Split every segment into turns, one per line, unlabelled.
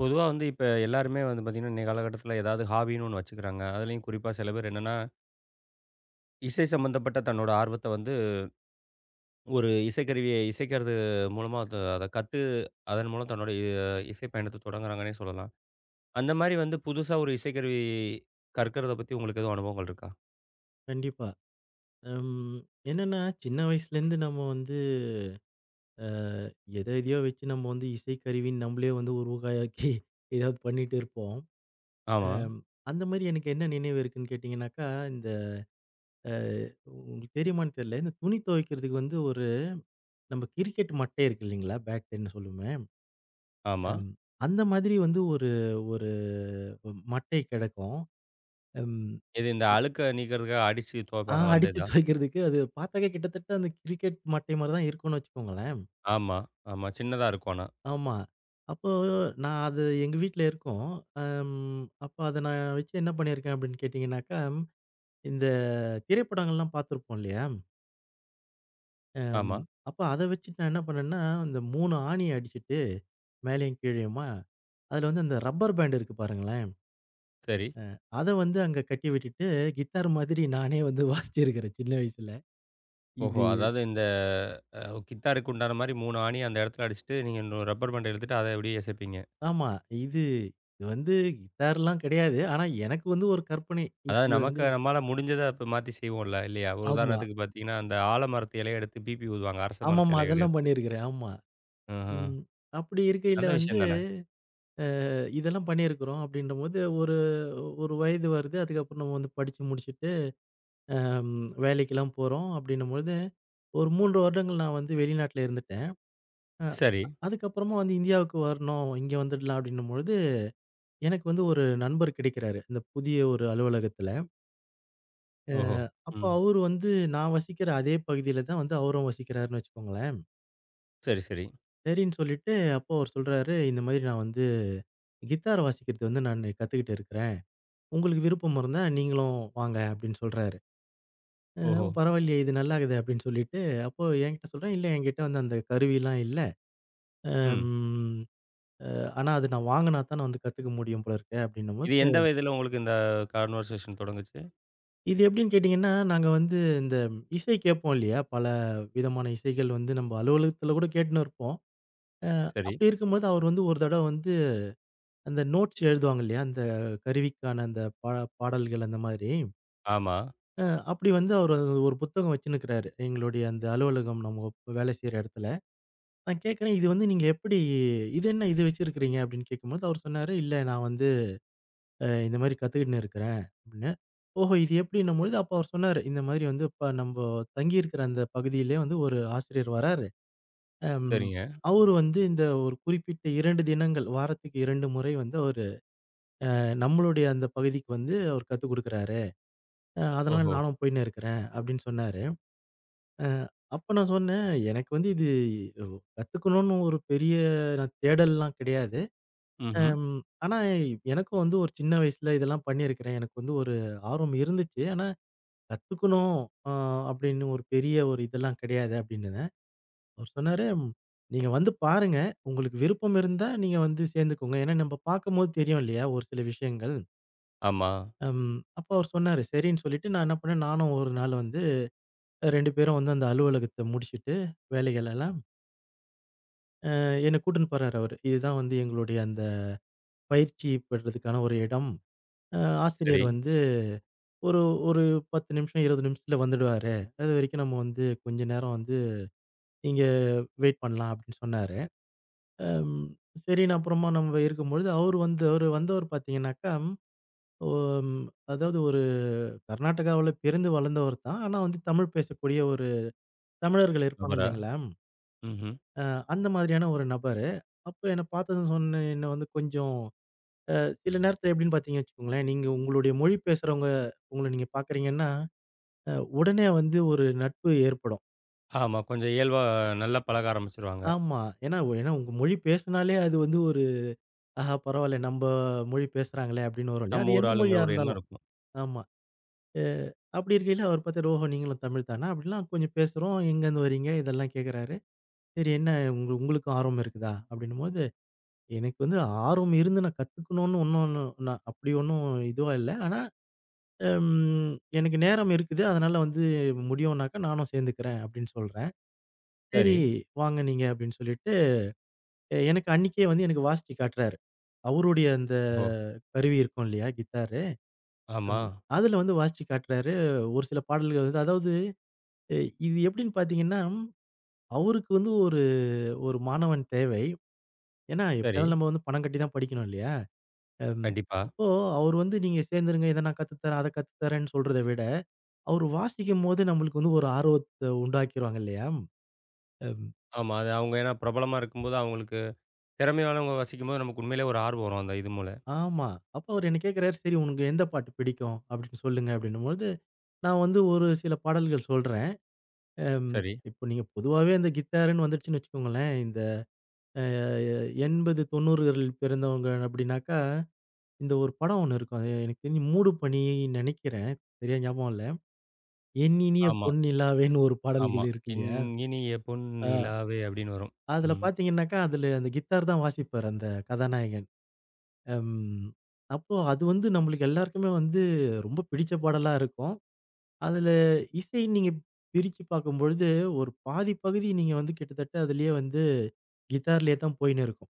பொதுவா வந்து இப்ப எல்லாருமே வந்து பாத்தீங்கன்னா, இன்னைய காலகட்டத்துல ஏதாவது ஹாபின்னு ஒண்ணு வச்சுக்கிறாங்க. அதுலயும் குறிப்பா சில பேர் என்னன்னா, இசை சம்பந்தப்பட்ட தன்னோட ஆர்வத்த வந்து ஒரு இசைக்கருவிய இசைக்கிறது மூலமா அத அத கத்து, அதன் மூலம் தன்னோட இசை பயணத்த தொடங்குறாங்கன்னே சொல்லலாம். அந்த மாரி வந்து புதுசா ஒரு இசைக்கருவி கற்கறத பத்தி உங்களுக்கு எதுவும் அனுபவங்கள் இருக்கா?
கண்டிப்பா. ம். என்னன்னா, சின்ன வயசுலேருந்து நம்ம வந்து அ எத எதையோ வச்சு நம்ம வந்து இசைக்கருவின்னு நம்மளே வந்து உருவகாயாக்கி ஏதாவது பண்ணிட்டு இருப்போம்.
ஆமா,
அம் அந்த மாரி எனக்கு என்ன நினைவு இருக்குன்னு கேட்டீங்கன்னாக்கா, இந்த அ உங்களுக்கு தெரியுமான்னு தெரியல. இந்த துணி துவைக்கிறதுக்கு வந்து ஒரு நம்ம கிரிக்கெட் மட்டை இருக்கு இல்லைங்களா? பேட்ன்னு சொல்லுவோமே.
ஆமா.
அம் அந்த மாதிரி வந்து ஒரு ஒரு மட்டை கெடக்கும். ம்.
இது இந்த அழுக்க நீக்கிறதுக்காக அடிச்சு
ஆ,
துவைப்பாங்கல்ல அந்த
அடிச்சு
இதா?
துவைக்கிறதுக்கு அது பார்த்தாக்க கிட்டத்தட்ட அந்த கிரிக்கெட் மட்டை மாரி தான் இருக்கும்னு வச்சுக்கோங்களேன்.
ஆமா, ஆமா. சின்னதா இருக்கும் ஆனா.
ஆமா. அப்போ நான் அது எங்க வீட்ல இருக்கும். அம் அப்ப அத நான் வச்சு என்ன பண்ணியிருக்கேன் அப்படின்னு கேட்டீங்கன்னாக்கா, இந்த திரைப்படங்கள்லாம் பார்த்துருப்போம் இல்லையா? அம்
ஆமா,
அப்ப அத வச்சு நான் என்ன பண்ணேன்னா, இந்த 3 ஆணிய அடிச்சுட்டு மேலயும் கீழயுமா, அதுல வந்து அந்த ரப்பர் பேண்ட் இருக்கு பாருங்களேன்.
சரி.
அத வந்து அங்க கட்டி விட்டுட்டு, கிட்டார் மாதிரி நானே வந்து வாசிச்சிருக்கிறேன் சின்ன வயசுல.
ஓஹோ!
இது
அதாவது இந்த அ கித்தாருக்கு உண்டான மாரி 3 ஆணி அந்த இடத்துல அடிச்சுட்டு, நீங்க இன்னும் ரப்பர் பேண்ட் எடுத்துட்டு அத அப்படியே இசைப்பீங்க.
ஆமா. இது இது வந்து கிட்டார்லாம் கிடையாது. ஆனா எனக்கு வந்து ஒரு கற்பனை.
அதாவது
இப்படி
நமக்கு
வந்து
நம்மால முடிஞ்சத இப்ப மாத்தி செய்வோம்ல இல்லையா? ஒரு
ஆமா.
உதாரணத்துக்கு பார்த்தீங்கன்னா, அந்த ஆலமரத்து இலைய எடுத்து பிபி ஊதுவாங்க. அரச மரத்து
ஆமாமா,
இலைய
அதெல்லாம்
எடுத்து.
பண்ணியிருக்கிறேன். ஆமா.
ம்ஹ்ம்.
ம். அப்படி இருக்கையில
நல்ல
வந்து,
விஷயம் தானே!
இதெல்லாம் பண்ணியிருக்கிறோம் அப்படின்றபோது, ஒரு ஒரு வயது வருது. அதுக்கப்புறம் நம்ம வந்து படிச்சு முடிச்சுட்டு, அம் வேலைக்கெல்லாம் போறோம் அப்படின்னும்பொழுது, ஒரு 3 வருடங்கள் நான் வந்து வெளிநாட்டுல இருந்துட்டேன். அ
சரி.
அதுக்கப்புறமா வந்து இந்தியாவுக்கு வரணும், இங்க வந்துடலாம் அப்படின்னும்பொழுது, எனக்கு வந்து ஒரு நண்பர் கிடைக்கிறாரு. இந்த புதிய ஒரு அலுவலகத்துல. அ
ஓஹோ!
அப்போ
ம்.
அவரு வந்து நான் வசிக்கிற அதே பகுதியில தான் வந்து அவரும் வசிக்கிறாருன்னு வச்சுக்கோங்களேன்.
சரி, சரி.
சரின்னு சொல்லிட்டு, அப்போ அவரு சொல்றாரு, "இந்த மாதிரி நான் வந்து கிட்டார் வாசிக்கிறது வந்து நான் கத்துக்கிட்டு இருக்கிறேன். உங்களுக்கு விருப்பம் இருந்தா நீங்களும் வாங்க" அப்படின்னு சொல்றாரு. அ
ஓஹோ!
பரவாயில்லையே, இது நல்லாக்குது அப்படின்னு சொல்லிட்டு, அப்போ என்கிட்ட சொல்றேன், இல்ல, என்கிட்ட வந்து அந்த கருவிலாம் இல்ல.
ம்.
ம் ஆனா அது நான் வாங்குனா தான் நான் வந்து கத்துக்க முடியும் போல இருக்கு
இது
அப்படின்னும்போது,
எந்த வயதில உங்களுக்கு இந்த கான்வர்சேஷன் தொடங்குச்சு?
இது எப்படின்னு கேட்டீங்கன்னா, நாங்க வந்து இந்த இசை கேட்போம் இல்லையா? பல விதமான இசைகள் வந்து நம்ம அலுவலகத்துல கூட கேட்டுன்னு இருப்போம். அ
சரி.
அப்படி இருக்கும்போது அவர் வந்து ஒரு தடவ வந்து அந்த நோட்ஸ் எழுதுவாங்க இல்லையா? அந்த கருவிக்கான அந்த பா பாடல்கள் அந்த மாதிரி.
ஆமா.
அ அப்படி வந்து அவரு ஒரு புத்தகம் வச்சுன்னுருக்கிறாரு. எங்களுடைய அந்த அலுவலகம், நம்ம வேலை செய்ற இடத்துல. நான் கேட்கிறேன், "இது வந்து நீங்க எப்படி, இது என்ன இது வச்சிருக்கிறீங்க?" அப்படின்னு கேட்கும்போது, அவர் சொன்னாரு, "இல்ல, நான் வந்து இந்த மாரி கத்துக்கிட்டுன்னு இருக்கிறேன்" அப்படின்னு. ஓஹோ! இது எப்படின்னும்பொழுது, அப்ப அவர் சொன்னாரு, "இந்த மாதிரி வந்து இப்ப நம்ப தங்கியிருக்கிற அந்த பகுதியிலே வந்து ஒரு ஆசிரியர் வராரு. அம்
சரிங்க.
அவரு வந்து இந்த ஒரு குறிப்பிட்ட 2 தினங்கள், வாரத்துக்கு 2 முறை வந்து அவரு நம்மளுடைய அந்த பகுதிக்கு வந்து அவர் கத்துக் குடுக்கிறாரு. அதனால
ஓஹோ!
நானும் போயின்னு இருக்கிறேன்" அப்படின்னு சொன்னாரு. அ அப்ப நான் சொன்னேன், எனக்கு வந்து இது ஒ கத்துக்கணும்னு ஒரு பெரிய நான் தேடல்லாம் கிடையாது.
ம்ஹ்ம்.
அம் ஆனா எனக்கும் வந்து ஒரு சின்ன வயசுல இதெல்லாம் பண்ணியிருக்கிறேன். எனக்கு வந்து ஒரு ஆர்வம் இருந்துச்சு. ஆனா கத்துக்கணும் அ அப்படின்னு ஒரு பெரிய ஒரு இதெல்லாம் கிடையாது அப்படின்னேன். அவர் சொன்னாரு, "ம், நீங்க வந்து பாருங்க. உங்களுக்கு விருப்பம் இருந்தா நீங்க வந்து சேர்ந்துக்கோங்க." ஏன்னா நம்ம பார்க்கும்போது தெரியும் இல்லையா ஒரு சில விஷயங்கள்.
ஆமா.
அப்போ அவர் சொன்னாரு, சரின்னு சொல்லிட்டு நான் என்ன பண்ணேன், நானும் ஒரு நாள் வந்து 2 பேரும் வந்து அந்த அலுவலகத்த முடிச்சுட்டு வேலைகளெல்லாம் என்ன கூட்டின்னு போறாரு அவரு. இதுதான் வந்து எங்களுடைய அந்த பயிற்சி பெறதுக்கான ஒரு இடம். அ
சரி.
ஆசிரியர் வந்து ஒரு ஒரு 10 நிமிஷம், 20 நிமிஷத்துல வந்துடுவாரு. அதுவரைக்கும் நம்ம வந்து கொஞ்ச நேரம் வந்து இங்க வெயிட் பண்ணலாம் அப்படின்னு சொன்னாரு. அம் சரின்னு அப்புறமா நம்ம இருக்கும்பொழுது அவரு வந்து வந்தவர் பார்த்தீங்கன்னாக்கா, ஒ ம் அதாவது ஒரு கர்நாடகாவுல பிறந்து வளர்ந்தவர் தான். ஆனா வந்து தமிழ் பேசக்கூடிய ஒரு தமிழர்கள் இருப்பாங்க
ரப்பரா.
இல்லைங்களா?
ம்ஹ்ம்.
அ அந்த மாதிரியான ஒரு நபரு. அப்ப என்ன பார்த்ததும் சொன்ன, என்ன வந்து கொஞ்சம் சில நேரத்துல எப்படின்னு பார்த்தீங்கன்னு வச்சுக்கோங்களேன், நீங்க உங்களுடைய மொழி பேசுறவங்க உங்கள நீங்க பார்க்குறீங்கன்னா, உடனே வந்து ஒரு நட்பு ஏற்படும்.
ஆமா. கொஞ்சம் இயல்பா நல்லா பழக ஆரம்பிச்சுருவாங்க.
ஆமா. ஏன்னா ஏன்னா உங்க மொழி பேசினாலே அது வந்து ஒரு, ஆஹா பரவால்ல நம்ப மொழி பேசுறாங்களே அப்படின்னு வரும் இல்லையா? அது
நம்ம ஊர்
எந்த
ஆளுங்கிற
மொழியா
ஒரு எண்ணம்
இருந்தாலும்.
இருக்கும்.
ஆமா. அ அப்படி இருக்கையில அவர் பார்த்தாரு, ஓஹோ, நீங்களும் தமிழ் தானா? அப்படிலாம் கொஞ்சம் பேசுறோம். எங்கேருந்து வரீங்க? இதெல்லாம் கேட்குறாரு. சரி, என்ன, உங்களுக்கும் ஆர்வம் இருக்குதா? அப்படின்னும்போது, எனக்கு வந்து ஆர்வம் இருந்து நான் கத்துக்கணும்னு ஒண்ணும், நான் அப்படி ஒண்ணும் இதுவா இல்ல. ஆனா ம். எனக்கு நேரம் இருக்குது. அதனால வந்து முடியும்னாக்கா நானும் சேர்ந்துக்கிறேன் அப்படின்னு சொல்றேன்.
சரி.
சரி, வாங்க நீங்க அப்படின்னு சொல்லிட்டு, எனக்கு அன்னைக்கே வந்து எனக்கு வாசிச்சு காட்டுறாரு. அவருடைய அந்த
ஓ!
கருவி இருக்கும் இல்லையா? கிட்டாரு.
ஆமா.
ம். அதுல வந்து வாசிச்சு காட்டுறாரு. ஒரு சில பாடல்கள் வந்து, அதாவது இது எப்படின்னு பார்த்தீங்கன்னா, அவருக்கு வந்து ஒரு ஒரு மாணவன் தேவை. ஏன்னா
சரி.
எப்படியாவது நம்ம வந்து பணம் கட்டி தான் படிக்கணும் இல்லையா? ம்.
கண்டிப்பா.
அப்போ அவர் வந்து நீங்க சேர்ந்துருங்க. இத நான் கத்து தரேன், அத கத்து தரேன்னு சொல்றத விட அவரு வாசிக்கும்போது நம்மளுக்கு வந்து ஒரு ஆர்வத்த உண்டாக்கிருவாங்க இல்லையா? அம்
ஆமா. அது அவங்க ஏன்னா பிரபலமா இருக்கும்போது, அவங்களுக்கு திறமையானவங்க வசிக்கும்போது நமக்கு உண்மையிலேயே ஒரு ஆர்வம் வரும். அந்த இது மூல.
ஆமா. அப்ப அவரு என்ன கேட்கிறாரு, "சரி, உனக்கு எந்த பாட்டு பிடிக்கும்? அப்படின்னு சொல்லுங்க" அப்படின்னும்பொழுது, நான் வந்து ஒரு சில பாடல்கள் சொல்றேன். அம்
சரி.
இப்போ நீங்க பொதுவாவே அந்த கித்தாருன்னு வந்துடுச்சுன்னு வச்சுக்கோங்களேன், இந்த அ 80, 90களில் பிறந்தவங்க அப்படின்னாக்கா, இந்த ஒரு படம் ஒண்ணு இருக்கும். அது எனக்கு தெரிஞ்சு, மூடு பனி நெனைக்கிறேன். சரியா ஞாபகம் இல்ல. "என் இனிய
ஆமா,
பொன்னிலாவேன்னு" ஒரு
ஆமா.
பாடல்கள் இருக்கு
"என்
இல்லையா?
இனிய பொன்
அ
நிலாவே" அப்படின்னு வரும்.
அதுல
ம்.
பார்த்தீங்கன்னாக்கா, அதுல அந்த கித்தார் தான் வாசிப்பாரு, அந்த கதாநாயகன். அம். அப்போ அது வந்து நம்மளுக்கு எல்லாருக்குமே வந்து ரொம்ப பிடிச்ச பாடலா இருக்கும். அதுல இசை நீங்க பிரிச்சு பார்க்கும்பொழுது, ஒரு பாதி பகுதி நீங்க வந்து கிட்டத்தட்ட அதிலேயே வந்து கிட்டார்லயே தான் போயின்னு இருக்கும்.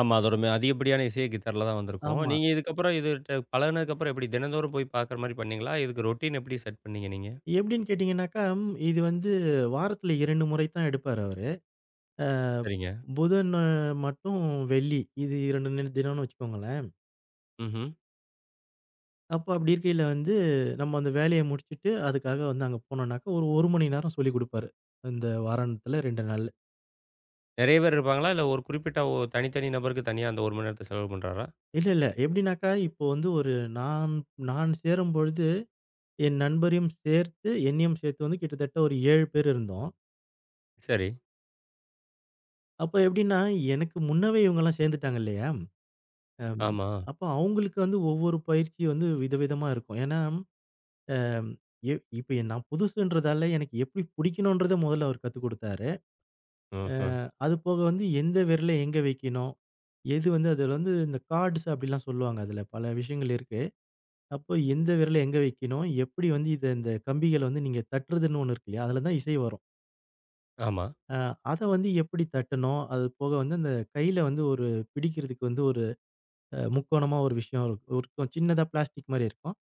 ஆமா. அதோட மே அதிகப்படியான இசையே கிட்டார்ல தான் வந்திருக்கும்.
ஆமா.
நீங்க இதுக்கப்புறம் இதுட்ட பழகுனதுக்கப்புறம் எப்படி தினந்தோறும் போய் பார்க்குற மாரி பண்ணீங்களா? இதுக்கு ரொட்டீன் எப்படி செட் பண்ணீங்க நீங்க?
எப்படின்னு கேட்டீங்கன்னாக்கா, ம், இது வந்து வாரத்துல 2 முறை தான் எடுப்பாரு அவரு. அ
சரிங்க.
புதன் மட்டும் வெள்ளி, இது 2 தினம்னு வச்சுக்கோங்களேன்.
ம்ஹ்ம்.
அப்போ அப்படி இருக்கையில வந்து நம்ம அந்த வேலைய முடிச்சுட்டு, அதுக்காக வந்து அங்க போனோம்னாக்கா, ஒரு 1 மணி நேரம் சொல்லிக் குடுப்பாரு. இந்த வாராந்தில 2 நாள்ல.
நெறைய பேர் இருப்பாங்களா? இல்ல ஒரு குறிப்பிட்ட தனித்தனி நபருக்கு தனியா அந்த 1 மணி நேரத்த செலவு பண்றாரா?
இல்ல, இல்ல. எப்படின்னாக்கா, இப்போ வந்து ஒரு, நான் நான் சேரும்பொழுது, என் நண்பரையும் சேர்த்து, என்னையும் சேர்த்து வந்து கிட்டத்தட்ட ஒரு 7 பேர் இருந்தோம்.
சரி.
அப்ப எப்படின்னா, எனக்கு முன்னவே இவங்கலாம் சேர்ந்துட்டாங்க இல்லையா? அம்
ஆமா.
அப்போ அவங்களுக்கு வந்து ஒவ்வொரு பயிற்சி வந்து விதவிதமா இருக்கும். ஏன்னா, அம் எ இப்ப நான் புதுசுன்றதால எனக்கு எப்படி பிடிக்கணுன்றத முதல்ல அவர் கத்துக் குடுத்தாரு. அ
ஆஹ.
அது போக வந்து எந்த விரல எங்க வைக்கணும்? எது வந்து அதுல வந்து இந்த கார்ட்ஸ் அப்படிலாம் சொல்லுவாங்க. அதுல பல விஷயங்கள் இருக்கு. அப்போ எந்த விரல எங்க வைக்கணும்? எப்படி வந்து இத, இந்த கம்பிகள வந்து நீங்க தட்டுறதுன்னு ஒண்ணு இருக்கு இல்லையா? அதுல தான் இசை வரும்.
ஆமா.
அ அத வந்து எப்படி தட்டணும்? அது போக வந்து அந்த கையில வந்து ஒரு பிடிக்கிறதுக்கு வந்து ஒரு முக்கோணமா ஒரு விஷயம் இருக்கும் இருக்கும். சின்னதா பிளாஸ்டிக் மாரி இருக்கும்.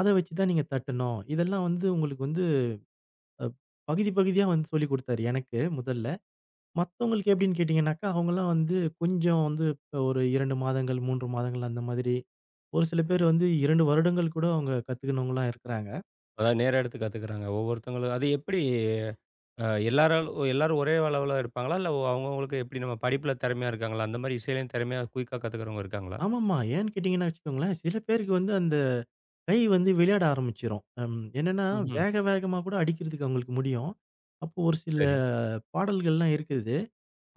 அத வச்சு தான் நீங்க தட்டணும். இதெல்லாம் வந்து உங்களுக்கு வந்து அ பகுதி பகுதியா வந்து சொல்லிக் குடுத்தாரு எனக்கு முதல்ல. மத்தவங்களுக்கு எப்படின்னு கேட்டீங்கன்னாக்கா, அவங்கலாம் வந்து கொஞ்சம் வந்து இப்ப ஒரு 2 மாதங்கள், 3 மாதங்கள் அந்த மாதிரி. ஒரு சில பேர் வந்து 2 வருடங்கள் கூட அவங்க கத்துக்கினவங்களா இருக்கிறாங்க.
அதாவது நேர எடுத்து கத்துக்கிறாங்க. ஒவ்வொருத்தவங்களும் அது எப்படி எல்லாராலும் எல்லாரும் ஒரே அளவுல இருப்பாங்களா? இல்ல அவங்க அவங்களுக்கு எப்படி நம்ம படிப்புல திறமையா இருக்காங்களா? அந்த மாரி இசையிலயும் திறமையா குயிக்கா கத்துக்கிறவங்க இருக்காங்களா?
ஆமாமா. ஏன்னு கேட்டீங்கன்னா வச்சுக்கோங்களேன், சில பேருக்கு வந்து அந்த கை வந்து விளையாட ஆரம்பிச்சுரும். என்னன்னா,
ம்ஹ்ம்.
வேக வேகமா கூட அடிக்கிறதுக்கு அவங்களுக்கு முடியும். அப்போ ஒரு சில
சரி.
பாடல்கள்லாம் இருக்குது.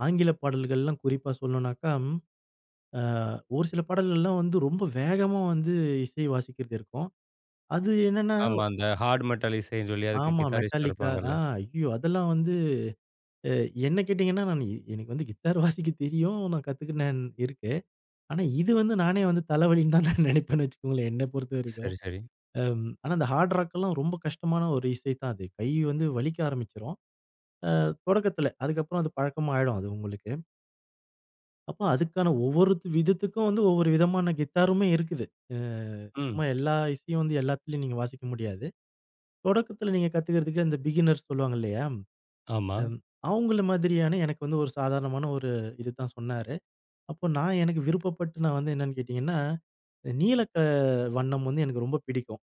ஆங்கில பாடல்கள்லாம் குறிப்பா சொல்லணும்னாக்கா, அ ஒரு சில பாடல்கள்லாம் வந்து ரொம்ப வேகமா வந்து இசை வாசிக்கிறது இருக்கும். அது என்னன்னா
ஆமா. அந்த ஹார்ட் மெட்டல் இசைன்னு சொல்லி அதுக்கு
ஆமா,
கிதாரிஸ்டா
மெட்டாலிக்கா, ஆ,
இருப்பாங்கல்ல.
ஐயோ! அதெல்லாம் வந்து அ என்ன கேட்டீங்கன்னா, நான் எனக்கு வந்து கிட்டார் வாசிக்க தெரியும். நான் கத்துக்கினேன் இருக்கு. ஆனா இது வந்து நானே வந்து தலைவலின்னு தான் நான் நினைப்பேன்னு வச்சுக்கோங்களேன், என்ன பொறுத்தவரைக்கும்.
சரி, சரி.
அம், ஆனா அந்த ஹார்ட் ராக்லாம் ரொம்ப கஷ்டமான ஒரு இசை தான் அது. கை வந்து வலிக்க ஆரம்பிச்சுரும். தொடக்கத்துல. அதுக்கப்புறம் அது பழக்கமா ஆயிடும் அது உங்களுக்கு. அப்ப அதுக்கான ஒவ்வொரு விதத்துக்கும் வந்து ஒவ்வொரு விதமான கிட்டாருமே இருக்குது. அ
ம்.
சும்மா எல்லா இசையும் வந்து எல்லாத்துலயும் நீங்க வாசிக்க முடியாது. தொடக்கத்துல நீங்க கத்துக்கிறதுக்கு அந்த பிகினர்ஸ் சொல்லுவாங்க இல்லையா?
ஆமா.
அம் அவங்கள மாதிரியான எனக்கு வந்து ஒரு சாதாரணமான ஒரு இது தான் சொன்னாரு. அப்போ நான் எனக்கு விருப்பப்பட்டு நான் வந்து என்னன்னு கேட்டீங்கன்னா, நீல க வண்ணம் வந்து எனக்கு ரொம்ப பிடிக்கும்.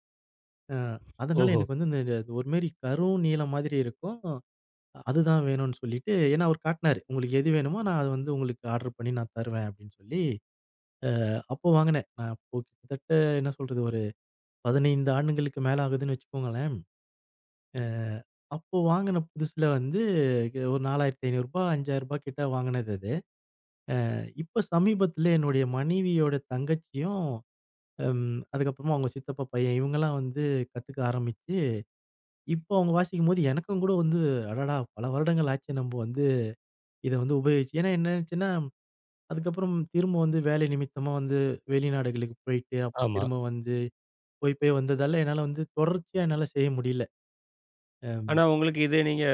அ அதனால
ஓஹோ!
எனக்கு வந்து இந்த இந்த ஒரு மாரி கரும் நீலம் மாதிரி இருக்கும். அதுதான் வேணும்னு சொல்லிட்டு, ஏன்னா அவரு காட்டுனாரு. உங்களுக்கு எது வேணுமோ நான் அது வந்து உங்களுக்கு ஆர்டர் பண்ணி நான் தருவேன் அப்படின்னு சொல்லி, அப்போ வாங்குனேன். நான் அப்போ கிட்டத்தட்ட என்ன சொல்றது, ஒரு 15 ஆண்டுகளுக்கு மேல ஆகுதுன்னு வச்சுக்கோங்களேன். அ அப்போ வாங்குன புதுசுல வந்து ஒரு ரூ. 4,500 ரூ. 5,000 கிட்ட வாங்குனது அது. இப்ப சமீபத்தில என்னுடைய மனைவியோட தங்கச்சியும், அதுக்கப்புறமா அவங்க சித்தப்பா பையன், இவங்கலாம் வந்து கத்துக்க ஆரம்பிச்சு இப்போ அவங்க வாசிக்கும்போது எனக்கும் கூட வந்து அடடா, பல வருடங்கள் ஆச்சு நம்ப வந்து இத வந்து உபயோகிச்சு. ஏன்னா என்னாச்சுன்னா, அதுக்கப்புறம் திரும்ப வந்து வேலை நிமித்தமா வந்து வெளிநாடுகளுக்கு போயிட்டு, அப்புறம்
ஆமா.
திரும்ப வந்து போய் போய் வந்ததால என்னால வந்து தொடர்ச்சியா என்னால செய்ய முடியல. அ
ஆனா உங்களுக்கு இது நீங்க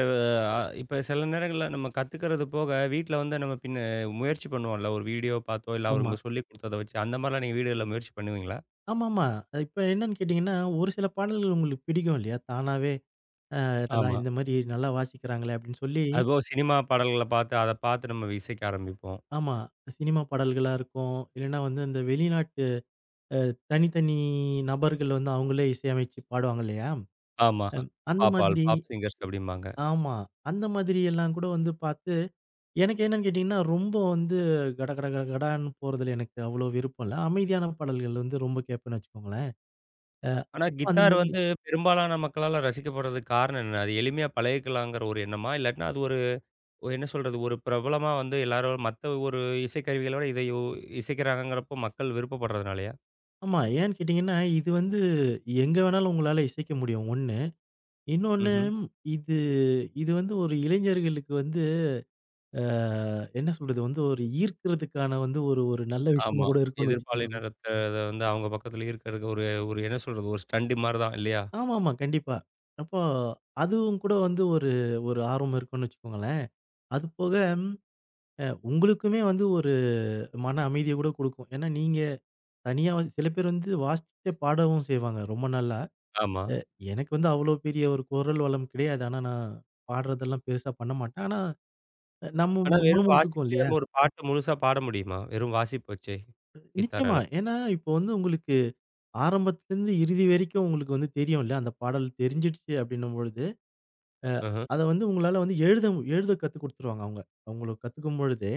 இப்ப சில நேரங்கள்ல நம்ம கத்துக்கிறது போக, வீட்ல வந்து நம்ம பின்ன முயற்சி பண்ணுவோம்ல. ஒரு வீடியோ பார்த்தோ, இல்ல
ஆமா.
அவங்க சொல்லிக் குடுத்தத வச்சு அந்த மாரிலாம் நீங்க வீடுகள்ல முயற்சி பண்ணுவீங்களா?
ஆமாமா. இப்ப என்னன்னு கேட்டீங்கன்னா, ஒரு சில பாடல்கள் உங்களுக்கு பிடிக்கும் இல்லையா? தானாவே அடடா,
ஆமா.
இந்த மாரி நல்லா வாசிக்கிறாங்களே அப்படின்னு சொல்லி,
அதுபோக சினிமா பாடல்கள பார்த்து, அத பார்த்து நம்ம இசைக்க ஆரம்பிப்போம்.
ஆமா. சினிமா பாடல்களா இருக்கும். இல்லன்னா வந்து அந்த வெளிநாட்டு தனித்தனி நபர்கள் வந்து அவங்களே இசையமைச்சு பாடுவாங்க இல்லையா?
ஆமா.
அந்த
பாப்பாள்,
மாதிரி
பாப் சிங்கர்ஸ் அப்படிம்பாங்க.
ஆமா. அந்த மாதிரி எல்லாம் கூட வந்து பார்த்து, எனக்கு என்னன்னு கேட்டீங்கன்னா, ரொம்ப வந்து கட கட கட கடான்னு போறதுல எனக்கு அவ்வளோ விருப்பம் இல்ல. அமைதியான பாடல்கள் வந்து ரொம்ப கேட்பேன்னு வச்சுக்கோங்களேன். அ
ஆனா
அந்த
கித்தார்
மாதிரி
வந்து பெரும்பாலான மக்களால ரசிக்கப்படுறதுக்கு காரணம் என்ன? அது எளிமையா பழகிக்கலாங்கிற ஒரு எண்ணமா? இல்லாட்டினா அது ஒரு ஒரு என்ன சொல்றது? ஒரு பிரபலமா வந்து எல்லாரும் மத்த ஒரு இசைக்கருவிகளோட இதை யோ இசைக்கிறாங்கங்கிறப்போ மக்கள் விருப்பப்படுறதுனாலயா?
ஆமா. ஏன்னு கேட்டீங்கன்னா, இது வந்து எங்க வேணாலும் உங்களால இசைக்க முடியும் 1. இன்னொன்னு,
ம்ஹ்ம்.
இது இது வந்து ஒரு இளைஞர்களுக்கு வந்து அ என்ன சொல்றது? வந்து ஒரு ஈர்க்கிறதுக்கான வந்து ஒரு ஒரு நல்ல விஷயமா
ஆமா.
கூட இருக்கும்னு வச்சுக்கோங்களேன்.
எதிர்பாலினத்த இத வந்து அவங்க பக்கத்துல இருக்கிறதுக்கு ஒரு ஒரு என்ன சொல்றது? ஒரு ஸ்டண்ட் மாரி தான் இல்லையா?
ஆமாமா. கண்டிப்பா. அப்போ அதுவும் கூட வந்து ஒரு, ஒரு ஆர்வம் இருக்கும்னு வச்சுக்கோங்களேன். அது போக உங்களுக்குமே வந்து ஒரு மன அமைதிய கூட குடுக்கும். ஏன்னா, நீங்க தனியா வந்து சில பேர் வந்து வாசிச்சுட்டே பாடவும் செய்வாங்க ரொம்ப நல்லா.
ஆமா.
எனக்கு வந்து அவ்வளோ பெரிய ஒரு குரல் வளம் கிடையாது. ஆனா, நான் பாடுறதெல்லாம் பெருசா பண்ண மாட்டேன். ஆனா, நம்ம
ஆனா வெறும்
முணுமுணுத்துக்குவோம்
வாசிப்புலயே
இல்லையா?
நம்ம ஒரு பாட்டு முழுசா பாட முடியுமா? வெறும் வாசிப்பு வச்சே
நிச்சயமா.
கித்தாரால?
ஏன்னா, இப்போ வந்து உங்களுக்கு ஆரம்பத்துலருந்து இறுதி வரைக்கும் உங்களுக்கு வந்து தெரியும்ல. அந்த பாடல் தெரிஞ்சிடுச்சு அப்படின்னும் பொழுது, அ
அஹ.
அத வந்து உங்களால வந்து எழுத கத்து குடுத்துருவாங்க அவங்க. அவங்களுக்கு கத்துக்கும் பொழுதே,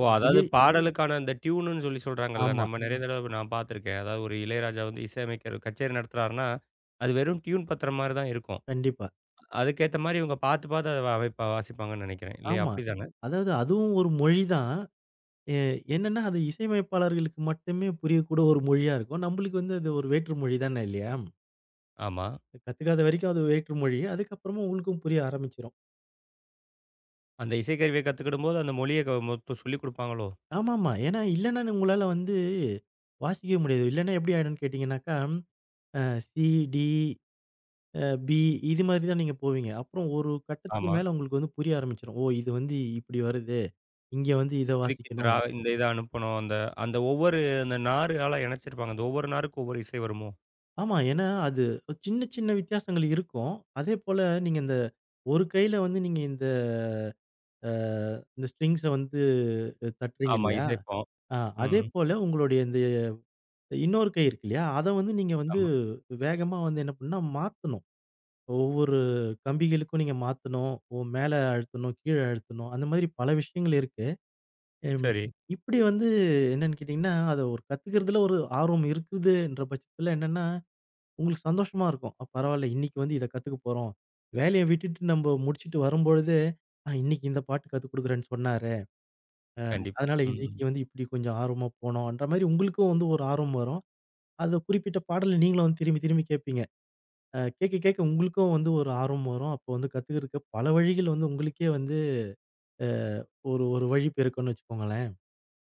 ஓ! அதாவது பாடலுக்கான அந்த டியூனுன்னு சொல்லி சொல்றாங்கல்ல.
ஆமா,
நம்ம நெறைய ம். தடவ நான் பார்த்துருக்கேன். அதாவது ஒரு இளையராஜா வந்து இசையமைக்கிற கச்சேரி நடத்துறாருன்னா, அது வெறும் டியூன் பத்துற மாரி தான் இருக்கும்.
கண்டிப்பா.
அதுக்கேத்த மாரி இவங்க பார்த்து, பார்த்து அத அமைப்பா வாசிப்பாங்கன்னு நெனைக்கிறேன். இல்லையா?
ஆமா.
அப்படிதானே?
அதாவது அதுவும் ஒரு மொழி தான். எ என்னன்னா, அது இசையமைப்பாளர்களுக்கு மட்டுமே புரியக்கூடிய ஒரு மொழியா இருக்கும். நம்மளுக்கு வந்து அது ஒரு வேற்று மொழி தானே இல்லையா?
ஆமா.
கத்துக்காத வரைக்கும் அது வேற்று மொழி. அதுக்கப்புறமா உங்களுக்கும் புரிய ஆரம்பிச்சுரும்.
அந்த இசைக்கருவிய கத்துக்கிடும்போது அந்த மொழிய மொத்தம் சொல்லிக் குடுப்பாங்களோ?
ஆமாமா. ஏன்னா இல்லன்னா உங்களால வந்து வாசிக்கவே முடியாது. இல்லன்னா எப்படி ஆயிடும்னு கேட்டீங்கன்னாக்கா, அ சி, டி, அ பி, இது மாதிரி தான் நீங்க போவீங்க. அப்புறம் ஒரு கட்டத்துக்கு
ஆமா.
மேல உங்களுக்கு வந்து புரிய ஆரம்பிச்சுரும். ஓ, இது வந்து இப்படி வருது. இங்க வந்து இத
இதுக்கு இந்த
வாசிக்கணும்.
இந்த இத அனுப்பணும். அந்த அந்த ஒவ்வொரு அந்த நாரால இணைச்சிருப்பாங்க. அந்த ஒவ்வொரு நாருக்கும் ஒவ்வொரு இசை வருமோ?
ஆமா. ஏன்னா அது சின்ன சின்ன வித்தியாசங்கள் இருக்கும். அதேபோல நீங்க இந்த ஒரு கையில வந்து நீங்க இந்த அ இந்த ஸ்ட்ரிங்ஸ வந்து தட்டுறீங்க
ஆமா.
இல்லையா?
இசைப்போம்.
ஆ. அதே
ம்.
போல உங்களுடைய இந்த இன்னொரு கை இருக்கு இல்லையா? அத வந்து நீங்க வந்து
ஆமா.
வேகமா வந்து என்ன பண்ணணும்னா மாத்தணும். ஒவ்வொரு கம்பிகளுக்கும் நீங்க மாத்தணும். ஒ, மேல அழுத்தணும், கீழ அழுத்தணும். அந்த மாதிரி பல விஷயங்கள் இருக்கு. ம்.
சரி.
இப்படி வந்து என்னன்னு கேட்டீங்கன்னா, அத ஒரு கத்துக்கிறதுல ஒரு ஆர்வம் இருக்குதுன்ற பட்சத்துல என்னன்னா, உங்களுக்கு சந்தோஷமா இருக்கும். பரவால்ல, இன்னைக்கு வந்து இத கத்துக்க போறோம். வேலைய விட்டுட்டு நம்ப முடிச்சுட்டு வரும்பொழுது, இன்னைக்கு இந்த பாட்டு கத்துக் குடுக்குறேன்னு சொன்னாரு." அ
கண்டிப்பா.
அதனால
ம்.
இசைக்கு வந்து இப்படி கொஞ்சம் ஆர்வமா போனோன்ற மாரி உங்களுக்கும் வந்து ஒரு ஆர்வம் வரும். அது குறிப்பிட்ட பாடல நீங்களும் வந்து திரும்பி திரும்பி கேட்பீங்க. கேட்க கேட்க உங்களுக்கும் வந்து ஒரு ஆர்வம் வரும். அப்போ வந்து கத்துக்கிறதுக்கு பல வழிகள் வந்து உங்களுக்கே வந்து அ ஒரு, ஒரு வழி பிறக்கும்னு வச்சுக்கோங்களேன்.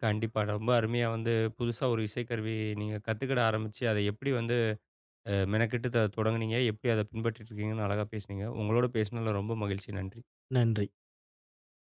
கண்டிப்பா. ரொம்ப அருமையா வந்து புதுசா ஒரு இசைக்கருவி நீங்க கத்துக்கிட ஆரம்பிச்சு, அதை எப்படி வந்து மெனக்கெட்டு தொடங்குனீங்க? எப்படி அத பின்பற்றிட்டு இருக்கீங்கன்னு அழகா பேசுனீங்க. உங்களோட பேசுனதுல ரொம்ப மகிழ்ச்சி. நன்றி.
நன்றி.